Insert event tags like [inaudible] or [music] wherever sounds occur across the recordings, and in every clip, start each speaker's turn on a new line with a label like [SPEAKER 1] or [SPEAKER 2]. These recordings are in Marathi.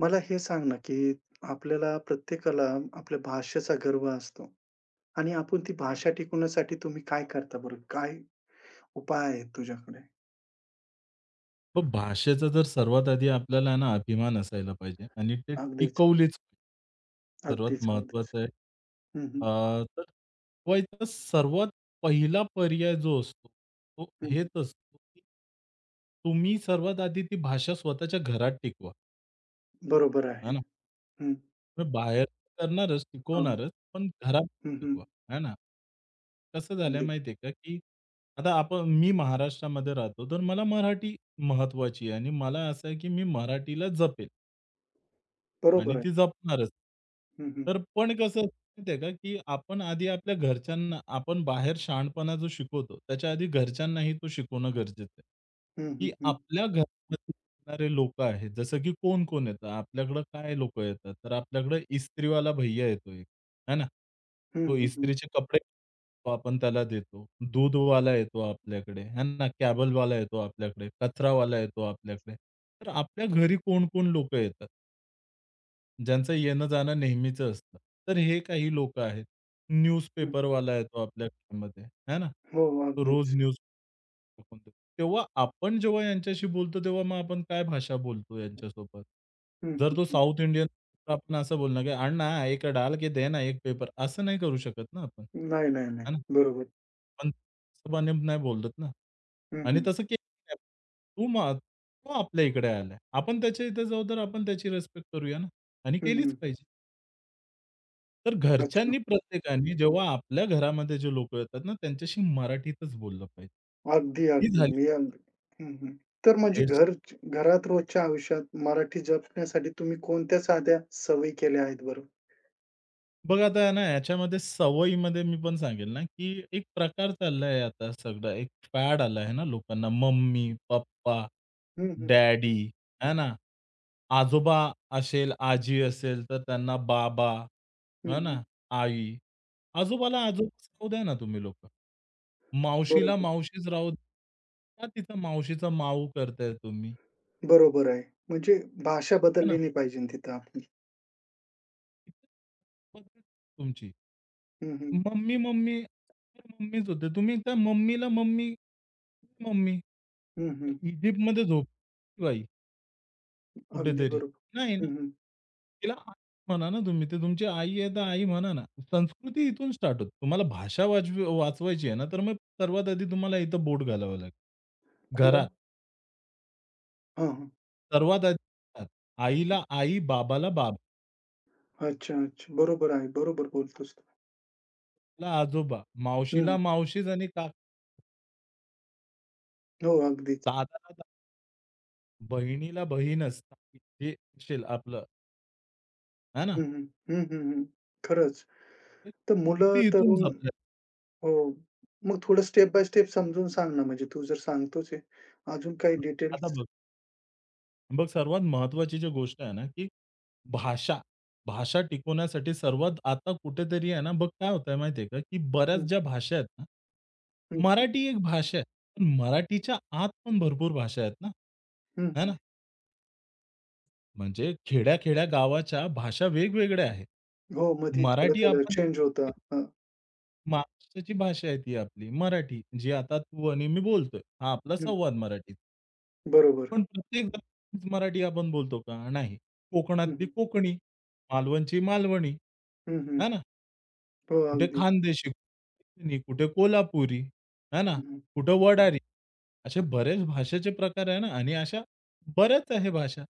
[SPEAKER 1] मला हे सांग ना, की आपल्याला प्रत्येकाला आपल्या भाषेचा गर्व असतो आणि आपण ती भाषा टिकवण्यासाठी तुम्ही काय करता बरं? काय उपाय आहेत तुझ्याकडे?
[SPEAKER 2] मग भाषेचा जर सर्वात आधी आपल्याला आहे ना अभिमान असायला पाहिजे आणि ते
[SPEAKER 1] अगदीच,
[SPEAKER 2] टिकवलीच पाहिजे. सर्वात
[SPEAKER 1] अगदीच, अगदीच.
[SPEAKER 2] महत्त्वाचं आहे.
[SPEAKER 1] हं, हं.
[SPEAKER 2] तर शिकवायचा सर्वात पहिला पर्याय जो असतो, तो
[SPEAKER 1] हं,
[SPEAKER 2] हेच
[SPEAKER 1] हं.
[SPEAKER 2] असतो, की तुम्ही सर्वात आधी ती भाषा स्वतःच्या घरात टिकवा.
[SPEAKER 1] बरोबर
[SPEAKER 2] आहे
[SPEAKER 1] आहे.
[SPEAKER 2] ना?
[SPEAKER 1] हं.
[SPEAKER 2] मग बाहेर करणारच,
[SPEAKER 1] हां.
[SPEAKER 2] शिकवणारच, पण घरात
[SPEAKER 1] हं, हं.
[SPEAKER 2] शिकवा, है ना? कसं झालंय
[SPEAKER 1] अगदी.
[SPEAKER 2] माहिती आहे का, की आता मी महाराष्ट्रामध्ये राहतो, तर मला मराठी महत्वाची आहे आणि मला असं आहे, की मी मराठीला जपेल. आणि
[SPEAKER 1] बरोबर आहे.
[SPEAKER 2] ती जपणारच.
[SPEAKER 1] हं, हं.
[SPEAKER 2] तर पण कसं असतं माहिती आहे का, की आपण आधी आपल्या घरच्यांना आपण बाहेर शहाणपणा जो शिकवतो, त्याच्या आधी घरच्यांनाही तो शिकवणं गरजेचं आहे.
[SPEAKER 1] हं,
[SPEAKER 2] की
[SPEAKER 1] हं, हं.
[SPEAKER 2] आपल्या घरामध्ये येणारे लोकं आहेत, जसं की कोण-कोण येतं, आपल्याकडं काय लोकं येतात, तर आपल्याकडं इस्त्रीवाला भैय्या येतो एक, है ना?
[SPEAKER 1] हं,
[SPEAKER 2] तो
[SPEAKER 1] हं, हं.
[SPEAKER 2] इस्त्रीचे कपडे आपण त्याला देतो. दूधवाला येतो आपल्याकडे, है ना? कॅबलवाला येतो आपल्याकडे, कचरावाला येतो आपल्याकडे. तर आपल्या घरी कोण-कोण लोकं येतात. ज्यांचं येणं-जाणं नेहमीचं असतं. तर हे काही लोकं आहेत.
[SPEAKER 1] हं.
[SPEAKER 2] न्यूजपेपरवाला येतो आपल्या घरामध्ये, आहे ना?
[SPEAKER 1] हो,
[SPEAKER 2] रोज
[SPEAKER 1] अगदीच.
[SPEAKER 2] न्यूज टाकून देतो. तेव्हा आपण जेव्हा यांच्याशी बोलतो, तेव्हा मग आपण काय भाषा बोलतो यांच्यासोबत?
[SPEAKER 1] हं,
[SPEAKER 2] जर
[SPEAKER 1] हं,
[SPEAKER 2] तो
[SPEAKER 1] हं.
[SPEAKER 2] साउथ इंडियन तर आपण असं बोलणार, की "अण्णा एक डाल के दे ना एक पेपर." असं नाही करू शकत ना आपण,
[SPEAKER 1] नाही, नाही, नाही.
[SPEAKER 2] आहे ना?
[SPEAKER 1] बरोबर.
[SPEAKER 2] पण हिशोबाने नाही बोलत ना.
[SPEAKER 1] हं,
[SPEAKER 2] आणि
[SPEAKER 1] हं.
[SPEAKER 2] तसं केलं नाही तू मग तो आपल्या इकडे आलाय. आपण त्याच्या इथे जाऊ तर आपण त्याची रिस्पेक्ट करूया ना आणि
[SPEAKER 1] हं,
[SPEAKER 2] केलीच
[SPEAKER 1] हं.
[SPEAKER 2] पाहिजे. तर
[SPEAKER 1] अच्छा.
[SPEAKER 2] घरच्यांनी प्रत्येकाने जेव्हा आपल्या घरामध्ये जे लोक येतात ना, त्यांच्याशी मराठीतच बोललं पाहिजे.
[SPEAKER 1] अगदी,
[SPEAKER 2] ही
[SPEAKER 1] अगदी.
[SPEAKER 2] झाली
[SPEAKER 1] मी अगदी हं, हं. तर म्हणजे
[SPEAKER 2] हेच
[SPEAKER 1] घरात रोजच्या आयुष्यात मराठी जपण्यासाठी तुम्ही कोणत्या साध्या सवयी केल्या आहेत बरं?
[SPEAKER 2] बघा आता आहे ना याच्यामध्ये सवयीमध्ये मी पण सांगेल ना, की एक प्रकार चाललाय आता सगळं एक फॅड आला आहे ना लोकांना मम्मी, पप्पा,
[SPEAKER 1] हं, हं.
[SPEAKER 2] डॅडी, है ना? आजोबा असेल, आजी असेल तर त्यांना बाबा
[SPEAKER 1] हं,
[SPEAKER 2] हां
[SPEAKER 1] हं.
[SPEAKER 2] ना. आई, आजोबाला आजोबाच राहू द्या ना तुम्ही लोकं. मावशीला
[SPEAKER 1] बरोबर.
[SPEAKER 2] मावशीच राहू द्या. का तिचा मावशीचा माऊ करताय तुम्ही?
[SPEAKER 1] बरोबर आहे. म्हणजे भाषा
[SPEAKER 2] है ना.
[SPEAKER 1] बदलली नाही पाहिजे तिथं आपली.
[SPEAKER 2] पद्धत तुमची.
[SPEAKER 1] हं, हं.
[SPEAKER 2] मम्मी, मम्मी मम्मीच होते. तुम्ही त्या मम्मीला मम्मी, मम्मी.
[SPEAKER 1] हं, हं.
[SPEAKER 2] इजिप्तमध्ये झोपली बाई
[SPEAKER 1] अगदी
[SPEAKER 2] कुठेतरी.
[SPEAKER 1] बरोबर.
[SPEAKER 2] नाही ना.
[SPEAKER 1] हं, हं.
[SPEAKER 2] तिला आई म्हणा ना तुम्ही. ती तुमची आई आहे तर आई म्हणा ना. संस्कृती इथून स्टार्ट होते. तुम्हाला भाषा वाचवायची आहे ना, तर मग सर्वात आधी तुम्हाला इथं बोट घालावं लागेल.
[SPEAKER 1] कुठं?
[SPEAKER 2] घरात.
[SPEAKER 1] हां, हां.
[SPEAKER 2] सर्वात आधी येतात. आईला आई, बाबाला बाबाला
[SPEAKER 1] अच्छा, अच्छा. बरोबर आहे. बरोबर बोलतोस तू.
[SPEAKER 2] आजोबा, मावशीला
[SPEAKER 1] हं.
[SPEAKER 2] मावशीच आणि का
[SPEAKER 1] हो, अगदीच.
[SPEAKER 2] दादाला दादा, बहिणीला बहीणच जे असेल आपलं, आहे ना?
[SPEAKER 1] हं, हं. हं, हं, हं. खरंच.
[SPEAKER 2] ते
[SPEAKER 1] तर
[SPEAKER 2] ते
[SPEAKER 1] मुलं,
[SPEAKER 2] इथून
[SPEAKER 1] तरुण
[SPEAKER 2] जपलं.
[SPEAKER 1] हो. मग थोडं स्टेप बाय स्टेप समजून सांग ना, म्हणजे तू जर सांगतोच आहे, अजून काही
[SPEAKER 2] आता
[SPEAKER 1] डिटेल्स?
[SPEAKER 2] बघ, सर्वात महत्त्वाची जी गोष्ट आहे ना, की भाषा. भाषा टिकवण्यासाठी सर्वात आता कुठेतरी आहे ना, बघ काय होतंय माहितीये का, की बऱ्याच
[SPEAKER 1] हं,
[SPEAKER 2] ज्या भाषा आहेत ना,
[SPEAKER 1] हं,
[SPEAKER 2] मराठी एक भाषा आहे. पण मराठीच्या आत पण भरपूर भाषा आहेत ना?
[SPEAKER 1] हं,
[SPEAKER 2] आहे
[SPEAKER 1] हं.
[SPEAKER 2] ना? म्हणजे खेड्या-खेड्या गावाच्या भाषा वेगवेगळ्या आहेत.
[SPEAKER 1] हो, मध्ये
[SPEAKER 2] मराठी
[SPEAKER 1] थोडं-थोडं
[SPEAKER 2] आपण
[SPEAKER 1] चेंज होतं. हं,
[SPEAKER 2] महाराष्ट्राची भाषा आहे ती आपली मराठी, जी आता तू आणि मी बोलतोय. हा आपला
[SPEAKER 1] हं.
[SPEAKER 2] संवाद मराठीत.
[SPEAKER 1] बरोबर.
[SPEAKER 2] पण प्रत्येक जण मराठी आपण बोलतो का? नाही.
[SPEAKER 1] हं,
[SPEAKER 2] कोकणातली
[SPEAKER 1] हं.
[SPEAKER 2] कोकणी, मालवणची मालवणी,
[SPEAKER 1] हं, हं.
[SPEAKER 2] है ना?
[SPEAKER 1] हो,
[SPEAKER 2] कुठे
[SPEAKER 1] अगदी.
[SPEAKER 2] खानदेशी, कुठे कोल्हापुरी, है ना?
[SPEAKER 1] हं, हं.
[SPEAKER 2] कुठं वडारी. असे बरेच भाषेचे प्रकार आहे ना आणि अशा बऱ्याच आहे भाषा.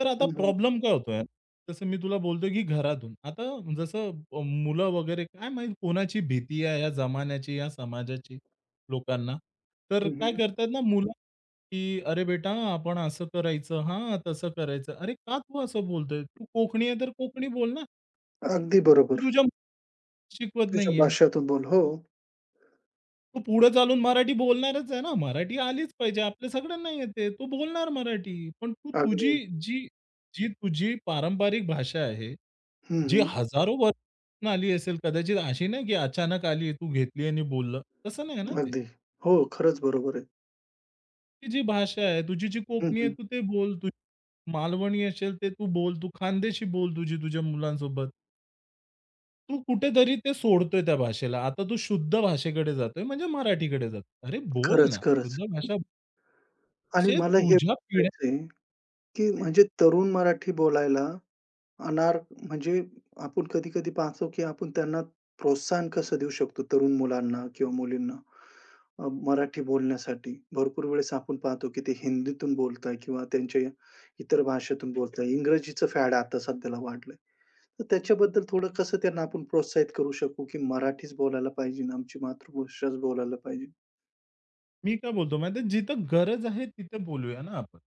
[SPEAKER 2] तर आता
[SPEAKER 1] हं, हं.
[SPEAKER 2] प्रॉब्लेम काय होतोय? जसं मी तुला बोलतो की घरातून. आता जसं मुलं वगैरे काय माहीत कोणाची भीती आहे या जमान्याची, या समाजाची लोकांना. तर
[SPEAKER 1] हं,
[SPEAKER 2] काय करतात ना मुलं, की "अरे बेटा आपण असं करायचं हां, तसं करायचं." अरे का तू असं बोलतोय? तू कोकणी आहे तर कोकणी बोल ना.
[SPEAKER 1] अगदी
[SPEAKER 2] तू
[SPEAKER 1] बरोबर.
[SPEAKER 2] तुझ्या मुलाला शिकवत
[SPEAKER 1] तुझ्या
[SPEAKER 2] नाहीये.
[SPEAKER 1] भाषातून बोल. हो,
[SPEAKER 2] तो पुढे चालून मराठी बोलणारच आहे ना. मराठी आलीच पाहिजे. आपल्या सगळ्यांना येते. तो बोलणार मराठी. पण तू
[SPEAKER 1] अगदी.
[SPEAKER 2] तुझी जी जी तुझी पारंपरिक भाषा आहे,
[SPEAKER 1] हं,
[SPEAKER 2] जी
[SPEAKER 1] हं.
[SPEAKER 2] हजारो वर्षांपासून आली असेल कदाचित अशी नाही की अचानक आली, तू घेतली आणि बोललं. तसं नाही आहे ना ते.
[SPEAKER 1] अगदी. हो, खरंच बरोबर आहे.
[SPEAKER 2] ती जी भाषा आहे, तुझी जी
[SPEAKER 1] हं,
[SPEAKER 2] कोकणी आहे
[SPEAKER 1] हं.
[SPEAKER 2] तू ते बोल. तू मालवणी असेल ते तू बोल. तू खानदेशी बोल तुझी तुझ्या मुलांसोबत. तू कुठेतरी ते सोडतोय त्या भाषेला. आता तू शुद्ध भाषेकडे जातोय म्हणजे मराठीकडे जातोय. अरे बोल
[SPEAKER 1] खरंच,
[SPEAKER 2] ना. शुद्ध
[SPEAKER 1] खरंच.
[SPEAKER 2] भाषा
[SPEAKER 1] आणि
[SPEAKER 2] म्हणजे
[SPEAKER 1] मला हे
[SPEAKER 2] तुझ्या पिढी
[SPEAKER 1] विचारायचंय, की म्हणजे तरुण मराठी बोलायला अनार म्हणजे आपण कधी-कधी पाहतो, की आपण त्यांना प्रोत्साहन कसं देऊ शकतो तरुण मुलांना किंवा मुलींना मराठी बोलण्यासाठी? भरपूर वेळेस आपण पाहतो, की ते हिंदीतून बोलताय किंवा त्यांच्या इतर भाषेतून बोलताय. इंग्रजीचं फॅड आता सध्याला वाढलंय. तर त्याच्याबद्दल थोडं कसं त्यांना आपण प्रोत्साहित करू शकू, की मराठीच बोलायला पाहिजे, आमची मातृभाषाच बोलायला पाहिजे?
[SPEAKER 2] मी काय बोलतो माहिती आहे, जिथं गरज आहे तिथे बोलूया ना आपण.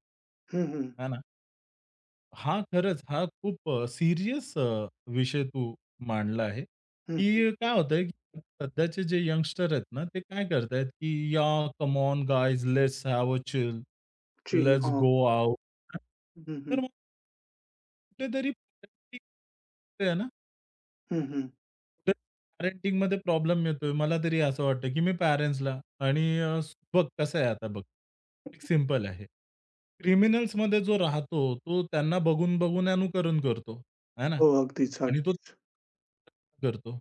[SPEAKER 1] हं, हं.
[SPEAKER 2] आहे ना? हा खरंच हा खूप सीरियस विषय तू मांडला आहे,
[SPEAKER 1] हं, हं.
[SPEAKER 2] की काय होतंय, की सध्याचे जे यंगस्टर आहेत ना, ते काय करतायत, की "yeah, come on guys, let's have a chill,
[SPEAKER 1] chill
[SPEAKER 2] let's
[SPEAKER 1] हां.
[SPEAKER 2] Go out."
[SPEAKER 1] हं, हं.
[SPEAKER 2] तर मग कुठेतरी ते आहे ना
[SPEAKER 1] हं, हं.
[SPEAKER 2] पॅरेंटिंगमध्ये प्रॉब्लेम येतोय. मला तरी असं वाटतं, की मी पॅरेंट्सला आणि बघ कसं आहे आता बघ, एक सिंपल आहे. क्रिमिनल्समध्ये जो राहतो, तो त्यांना बघून-बघून अनुकरण करतो, है ना?
[SPEAKER 1] हो, अगदीच,
[SPEAKER 2] आणि तो
[SPEAKER 1] अगदीच.
[SPEAKER 2] करतो.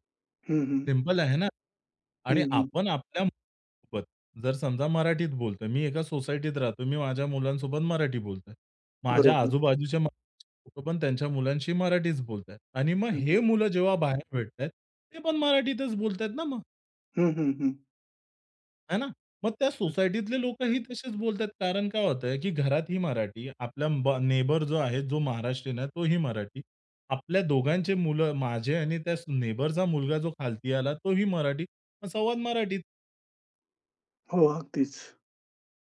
[SPEAKER 1] हं, हं.
[SPEAKER 2] सिंपल आहे ना?
[SPEAKER 1] हं,
[SPEAKER 2] आणि
[SPEAKER 1] हं.
[SPEAKER 2] आपण आपल्या सोबत जर समजा मराठीत बोलतोय. मी एका सोसायटीत राहतो. मी माझ्या मुलांसोबत मराठी बोलतोय. माझ्या
[SPEAKER 1] बरोबर.
[SPEAKER 2] आजूबाजूच्या लोकं पण त्यांच्या मुलांशी मराठीच बोलतायत आणि मग
[SPEAKER 1] हं.
[SPEAKER 2] हे मुलं जेव्हा बाहेर भेटतायत, ते पण मराठीतच बोलतायत ना मग,
[SPEAKER 1] हं, हं, हं.
[SPEAKER 2] आहे ना? मग त्या
[SPEAKER 1] हं.
[SPEAKER 2] सोसायटीतले लोकंही तसेच बोलतायत. कारण काय होतंय, की घरात ही मराठी, आपला नेबर जो आहे, जो महाराष्ट्रीयन आहे, तोही मराठी. आपल्या दोघांचे मुलं, माझे आणि त्या नेबरचा मुलगा जो खालती आला, तोही मराठी. मग संवाद मराठीत.
[SPEAKER 1] हो, अगदीच.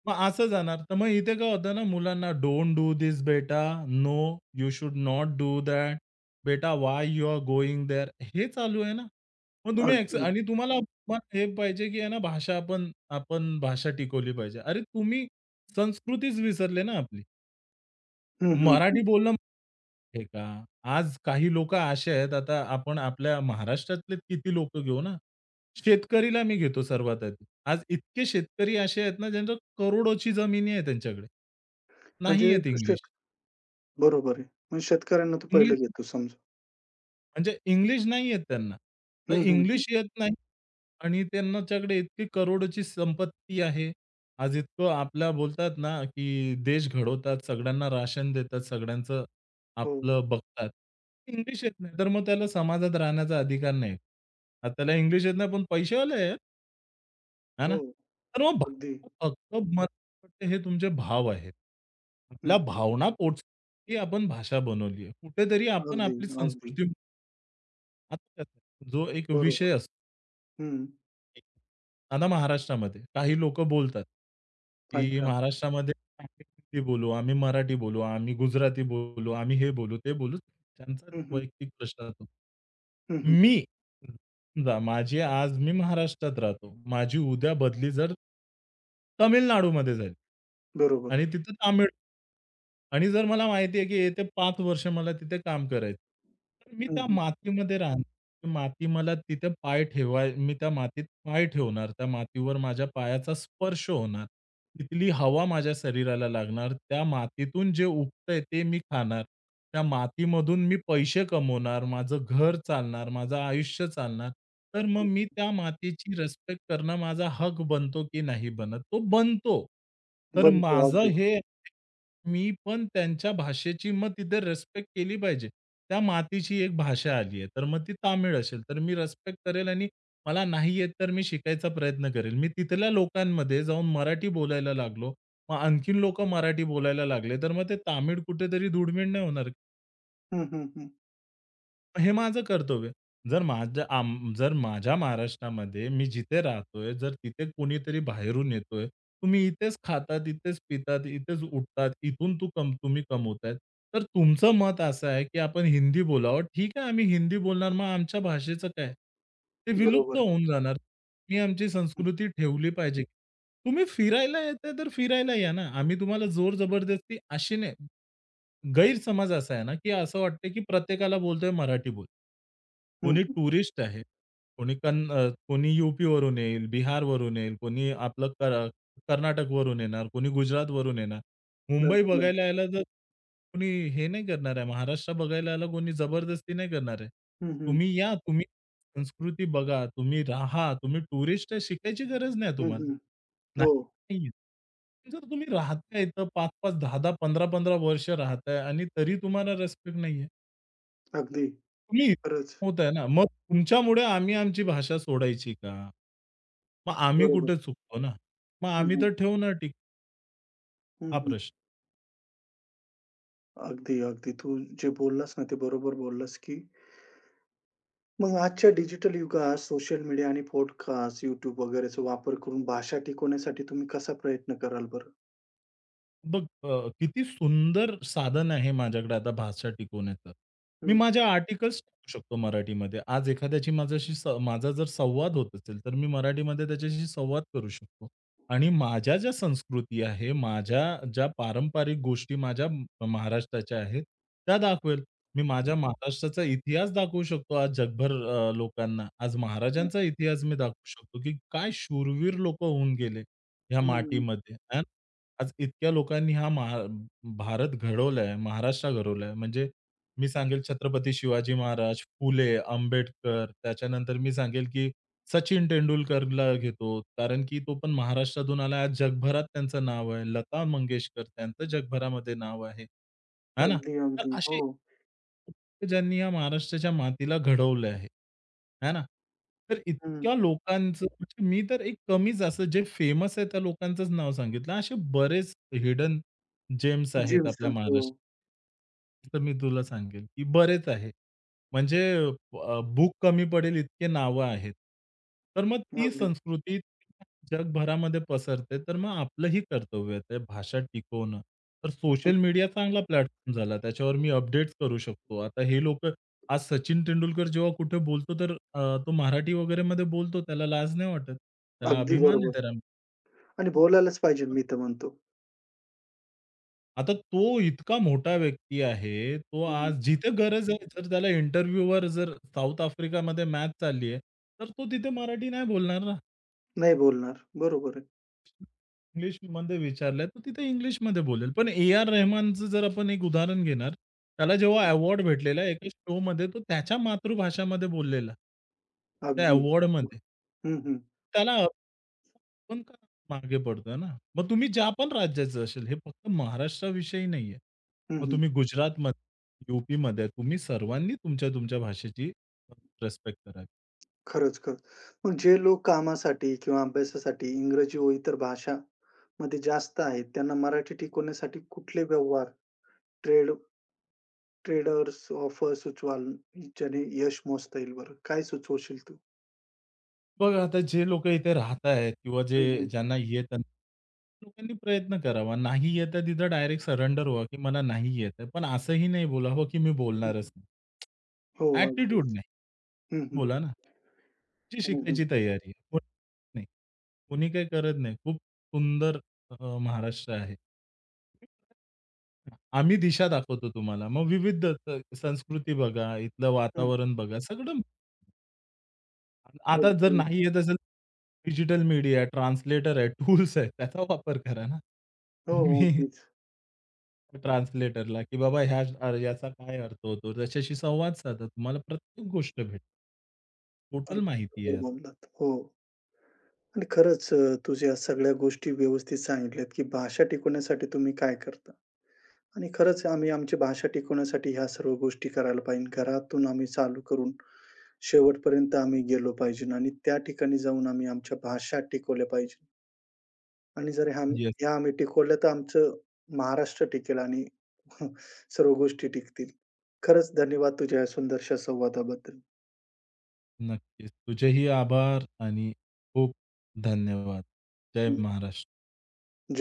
[SPEAKER 2] मग असं जाणार. तर मग इथे काय होतं ना मुलांना डोंट डू धिस बेटा, no you should not do that. बेटा why you are going there. हे चालू आहे ना. मग तुम्ही एक्स
[SPEAKER 1] अगदी.
[SPEAKER 2] आणि तुम्हाला मग हे पाहिजे, की आहे ना भाषा आपण आपण भाषा टिकवली पाहिजे. अरे तुम्ही संस्कृतीच विसरली ना आपली.
[SPEAKER 1] हं, हं,
[SPEAKER 2] मराठी
[SPEAKER 1] हं.
[SPEAKER 2] बोलणं हे का? आज काही लोकं असे आहेत, आता आपण आपल्या महाराष्ट्रातले किती लोक घेऊ ना? शेतकरीला मी घेतो सर्वात आधी. आज इतके शेतकरी असे आहेत ना, ज्यांच्या करोडोची जमिनी आहे त्यांच्याकडे. नाही
[SPEAKER 1] म्हणजे
[SPEAKER 2] येत
[SPEAKER 1] तो
[SPEAKER 2] इंग्लिश.
[SPEAKER 1] शेत बरोबर आहे. म्हणजे शेतकऱ्यांना तो पहिलं
[SPEAKER 2] इंग्लिश
[SPEAKER 1] घेतो समजा.
[SPEAKER 2] म्हणजे इंग्लिश नाही येत त्यांना. तर
[SPEAKER 1] हं, हं, हं.
[SPEAKER 2] इंग्लिश येत नाही आणि त्यांच्याकडे इतकी करोडोची संपत्ती आहे. आज इतकं आपला बोलतात ना, की देश घडवतात, सगळ्यांना राशन देतात, सगळ्यांचं
[SPEAKER 1] हो,
[SPEAKER 2] आपलं बघतात. इंग्लिश येत नाही, तर मग त्याला समाजात राहण्याचा अधिकार नाही. आता त्याला इंग्लिश येत नाही, पण पैसेवाला आहे, आहे ना?
[SPEAKER 1] हो.
[SPEAKER 2] तर मग
[SPEAKER 1] अगदी.
[SPEAKER 2] फक्त मला वाटतं हे तुमचे भाव आहेत.
[SPEAKER 1] हं,
[SPEAKER 2] आपल्या
[SPEAKER 1] हं.
[SPEAKER 2] भावना पोचण्यासाठी आपण भाषा बनवली आहे. कुठेतरी आपण
[SPEAKER 1] अगदी,
[SPEAKER 2] आपली
[SPEAKER 1] अगदी.
[SPEAKER 2] संस्कृती आता कसं जो एक विषय
[SPEAKER 1] बरोबर.
[SPEAKER 2] असतो
[SPEAKER 1] हं.
[SPEAKER 2] आता महाराष्ट्रामध्ये काही लोकं बोलतात, की
[SPEAKER 1] अच्छा.
[SPEAKER 2] महाराष्ट्रामध्ये आम्ही हिंदी बोलू, आम्ही मराठी बोलू, आम्ही गुजराती बोलू, आम्ही हे बोलू, ते बोलू. त्यांचा
[SPEAKER 1] हं, हं.
[SPEAKER 2] वैयक्तिक प्रश्न असतो.
[SPEAKER 1] हं, हं.
[SPEAKER 2] मी समजा माझी आज मी महाराष्ट्रात राहतो. माझी उद्या बदली जर तामिळनाडूमध्ये जाईल
[SPEAKER 1] बरोबर.
[SPEAKER 2] आणि तिथं तामिळ आणि जर मला माहिती आहे की येत्या 5 वर्ष मला तिथे काम करायचं. तर मी
[SPEAKER 1] हं,
[SPEAKER 2] त्या
[SPEAKER 1] हं.
[SPEAKER 2] मातीमध्ये राहणार. ती माती मला तिथे पाय ठेवाय मी त्या मातीत पाय ठेवणार. त्या मातीवर माझ्या पायाचा स्पर्श होणार. तिथली हवा माझ्या शरीराला लागणार. त्या मातीतून जे उगतंय ते मी खाणार. त्या मातीमधून मी पैसे कमवणार. माझं घर चालणार. माझं आयुष्य चालणार. तर मग
[SPEAKER 1] हं.
[SPEAKER 2] मी त्या मातीची रिस्पेक्ट करणं माझा हक बनतो की नाही बनत? तो बनतो. तर
[SPEAKER 1] बनतो
[SPEAKER 2] माझं
[SPEAKER 1] अगदीच.
[SPEAKER 2] हे मी पण त्यांच्या भाषेची मग तिथे रिस्पेक्ट केली पाहिजे. त्या मातीची एक भाषा आली आहे, तर मग ती तामिळ असेल, तर मी रिस्पेक्ट करेल आणि मला नाही येत तर मी शिकायचा प्रयत्न करेल. मी तिथल्या लोकांमध्ये जाऊन मराठी बोलायला लागलो. मग आणखीन लोकं मराठी बोलायला लागले, तर मग ते तामिळ कुठेतरी धुडमीन नाही होणार
[SPEAKER 1] हं, हं, हं.
[SPEAKER 2] हे माझं कर्तव्य. जर माझ्या आम जर माझ्या महाराष्ट्रामध्ये मी जिथे राहतोय, जर तिथे कोणीतरी बाहेरून येतोय, तुम्ही इथेच खातात, इथेच पितात, इथेच उठतात, इथून तू कम तुम्ही कमवताय. तर तुमचं मत असं आहे, की आपण हिंदी बोलावं. ठीक आहे, आम्ही हिंदी बोलणार. मग आमच्या भाषेचं काय? ते विलुप्त
[SPEAKER 1] बरोबर.
[SPEAKER 2] होऊन जाणार. मी आमची
[SPEAKER 1] हं,
[SPEAKER 2] संस्कृती ठेवली पाहिजे. तुम्ही फिरायला येताय तर फिरायला या ना. आम्ही तुम्हाला जोर जबरदस्ती अशी नाही. गैरसमज असा आहे ना, की असं वाटतं, की प्रत्येकाला बोलतोय मराठी बोल.
[SPEAKER 1] हं,
[SPEAKER 2] कोणी
[SPEAKER 1] हं.
[SPEAKER 2] टुरिस्ट आहे, कोणी यू-पीवरून येईल, बिहारवरून येईल, कोणी आपलं कर कर्नाटकवरून येणार, कोणी गुजरातवरून येणार. मुंबई
[SPEAKER 1] अगदी,
[SPEAKER 2] बघायला
[SPEAKER 1] अगदी.
[SPEAKER 2] यायला जर कोणी हे नाही करणार आहे, महाराष्ट्र बघायला यायला कोणी जबरदस्ती नाही करणार आहे.
[SPEAKER 1] हं, हं.
[SPEAKER 2] तुम्ही या, तुम्ही संस्कृती बघा, तुम्ही राहा, तुम्ही टुरिस्ट आहे, शिकायची गरज नाही
[SPEAKER 1] हं,
[SPEAKER 2] तुम्हाला.
[SPEAKER 1] हं. हो,
[SPEAKER 2] नाही, नाहीये. जर तुम्ही राहताय इथं 5-5, 10-10, 15-15 वर्ष राहताय आणि तरी तुम्हाला रिस्पेक्ट नाहीये.
[SPEAKER 1] अगदी.
[SPEAKER 2] तुम्हीच
[SPEAKER 1] खरंच.
[SPEAKER 2] होताय ना. मग तुमच्यामुळे आम्ही आमची भाषा सोडायची का? मग आम्ही
[SPEAKER 1] बरोबर.
[SPEAKER 2] कुठे चुकतो ना? मग
[SPEAKER 1] हं,
[SPEAKER 2] आम्ही
[SPEAKER 1] हं.
[SPEAKER 2] तर ठेवू ना टीका,
[SPEAKER 1] हं,
[SPEAKER 2] हा
[SPEAKER 1] हं.
[SPEAKER 2] प्रश्न.
[SPEAKER 1] अगदी, अगदी. तू जे बोललास ना, ते बरोबर बोललास की मग आजच्या डिजिटल युगात सोशल मीडिया आणि पॉडकास्ट, YouTube वगैरेचा वापर करून भाषा टिकवण्यासाठी तुम्ही कसा प्रयत्न कराल बरं?
[SPEAKER 2] बघ किती सुंदर साधन आहे माझ्याकडे आता भाषा टिकवण्याचं. मी
[SPEAKER 1] हं.
[SPEAKER 2] माझ्या आर्टिकल्स टाकू शकतो मराठीमध्ये. आज एखाद्याची माझ्याशी स माझा जर संवाद होत असेल, तर मी मराठीमध्ये त्याच्याशी संवाद करू शकतो. आणि माझ्या ज्या संस्कृती आहे, माझ्या ज्या पारंपरिक गोष्टी माझ्या महाराष्ट्राच्या आहेत, त्या दाखवेल. मी माझ्या महाराष्ट्राचा इतिहास दाखवू शकतो आज जगभर लोकांना. आज
[SPEAKER 1] हं.
[SPEAKER 2] महाराजांचा इतिहास मी दाखवू शकतो, की काय शूरवीर लोकं होऊन गेले ह्या
[SPEAKER 1] हं.
[SPEAKER 2] मातीमध्ये. आज इतक्या लोकांनी हा महा भारत घडवलाय, महाराष्ट्र घडवलाय. म्हणजे मी सांगेल छत्रपती शिवाजी महाराज, फुले, आंबेडकर, त्याच्यानंतर मी सांगेल की सचिन तेंडुलकरला घेतो. कारण की तो पण महाराष्ट्रातून आला. आज जगभरात त्यांचं नाव आहे. लता मंगेशकर त्यांचं जगभरामध्ये नाव आहे. आहे ना?
[SPEAKER 1] अगदी,
[SPEAKER 2] तर
[SPEAKER 1] अगदी. हो.
[SPEAKER 2] असे ज्यांनी या महाराष्ट्राच्या मातीला घडवलं आहे. आहे ना? तर
[SPEAKER 1] हं.
[SPEAKER 2] किंवा लोकांचं म्हणजे मी तर एक कमीच असं जे फेमस आहे त्या लोकांचंच नाव सांगितलं. असे बरेच हिडन जेम्स आहेत
[SPEAKER 1] जीन्स
[SPEAKER 2] आपल्या
[SPEAKER 1] हो.
[SPEAKER 2] महाराष्ट्रात. तर मी तुला सांगेल, की बरेच आहेत. म्हणजे भूक कमी पडेल इतके नावं आहेत. तर मग ती
[SPEAKER 1] अगदी.
[SPEAKER 2] संस्कृती जगभरामध्ये पसरते, तर मग आपलंही कर्तव्य आहे, ते भाषा टिकवणं. तर
[SPEAKER 1] हं.
[SPEAKER 2] सोशल मीडिया चांगला प्लॅटफॉर्म झाला. त्याच्यावर मी अपडेट्स करू शकतो. आता हे लोक आज सचिन तेंडुलकर जेव्हा कुठे बोलतो, तर तो मराठी वगैरेमध्ये बोलतो, त्याला लाज नाही वाटत. त्याला
[SPEAKER 1] अगदी
[SPEAKER 2] अभिमान आहे
[SPEAKER 1] बरोबर
[SPEAKER 2] त्या
[SPEAKER 1] आणि बोलायलाच पाहिजे मी तर म्हणतो.
[SPEAKER 2] आता तो इतका मोठा व्यक्ती आहे. तो
[SPEAKER 1] हं.
[SPEAKER 2] आज जिथे गरज आहे, जर त्याला इंटरव्ह्यूवर जर साऊथ आफ्रिकामध्ये मॅच चालली आहे, तर तो तिथे मराठी नाही बोलणार ना.
[SPEAKER 1] नाही बोलणार. बरोबर आहे.
[SPEAKER 2] इंग्लिशमध्ये विचारलंय, तर तिथे इंग्लिशमध्ये बोलेल. पण ए. आर. रहमानचं जर आपण एक उदाहरण घेणार, त्याला जेव्हा अवॉर्ड भेटलेला एका शोमध्ये तो त्याच्या मातृभाषामध्ये बोललेला. त्या
[SPEAKER 1] अगदी.
[SPEAKER 2] अवॉर्डमध्ये.
[SPEAKER 1] हं, हं.
[SPEAKER 2] त्याला आपण का मागे पडतोय ना? मग तुम्ही ज्या पण राज्याचं असेल, हे फक्त महाराष्ट्राविषयी नाहीये.
[SPEAKER 1] हं,
[SPEAKER 2] मग
[SPEAKER 1] हं.
[SPEAKER 2] तुम्ही गुजरातमध्ये, यू-पीमध्ये तुम्ही सर्वांनी तुमच्या-तुमच्या भाषेची रिस्पेक्ट करावी.
[SPEAKER 1] खरंच, खरंच. मग जे लोक कामासाठी किंवा अभ्यासासाठी इंग्रजी व इतर भाषामध्ये जास्त आहेत, त्यांना मराठी टिकवण्यासाठी कुठले व्यवहार, ट्रेड ट्रेडर्स ऑफर सुचवाल, ज्याने यश मोजता येईल बरं? काय सुचवशील तू?
[SPEAKER 2] बघा आता जे लोकं इथे राहतायत किंवा जे
[SPEAKER 1] हं, हं.
[SPEAKER 2] ज्यांना येत लोकांनी प्रयत्न करावा. नाही येत आहे तिथं डायरेक्ट सरेंडर व्हा, की मला नाही येत आहे. पण असंही नाही बोलावं, की मी
[SPEAKER 1] हं,
[SPEAKER 2] बोलणारच नाही.
[SPEAKER 1] हो,
[SPEAKER 2] ॲटिट्यूड
[SPEAKER 1] अगदीच.
[SPEAKER 2] नाही.
[SPEAKER 1] हं, हं.
[SPEAKER 2] बोला ना. ची
[SPEAKER 1] हं, हं.
[SPEAKER 2] शिकायची तयारी. आहे. कोण नाही. कोणी काही करत नाही. खूप सुंदर अ, महाराष्ट्र आहे. आम्ही दिशा दाखवतो तुम्हाला. मग विविध संस्कृती बघा, इथलं
[SPEAKER 1] हं.
[SPEAKER 2] वातावरण बघा, सगळं. आता जर
[SPEAKER 1] अगदी.
[SPEAKER 2] नाही येत असेल, डिजिटल मीडिया, ट्रान्सलेटर आहे, टूल्स आहेत, त्याचा वापर करा ना.
[SPEAKER 1] हो,
[SPEAKER 2] तुम्ही
[SPEAKER 1] अगदीच.
[SPEAKER 2] ट्रान्सलेटरला, की बाबा ह्या याचा काय अर्थ होतो, त्याच्याशी संवाद साधा. तुम्हाला प्रत्येक गोष्ट भेटेल. टोटल
[SPEAKER 1] अगदी
[SPEAKER 2] माहिती आहे.
[SPEAKER 1] बरोबर बोललात. हो. आणि खरंच तुझ्या सगळ्या गोष्टी व्यवस्थित सांगितल्यात, की भाषा टिकवण्यासाठी तुम्ही काय करता? आणि खरंच आम्ही आमची भाषा टिकवण्यासाठी ह्या सर्व गोष्टी करायला पाहिजे. घरातून आम्ही चालू करून शेवटपर्यंत आम्ही गेलो पाहिजे आणि त्या ठिकाणी जाऊन आम्ही आमच्या भाषा टिकवल्या पाहिजे. आणि जर ह्या
[SPEAKER 2] जी
[SPEAKER 1] ह्या आम्ही टिकवल्या तर आमचं महाराष्ट्र टिकेल आणि [laughs] सर्व गोष्टी टिकतील. खरंच धन्यवाद तुझ्या या सुंदरशा संवादाबद्दल.
[SPEAKER 2] नक्कीच. तुझेही आभार आणि खूप धन्यवाद. जय
[SPEAKER 1] हं.
[SPEAKER 2] महाराष्ट्र.
[SPEAKER 1] जय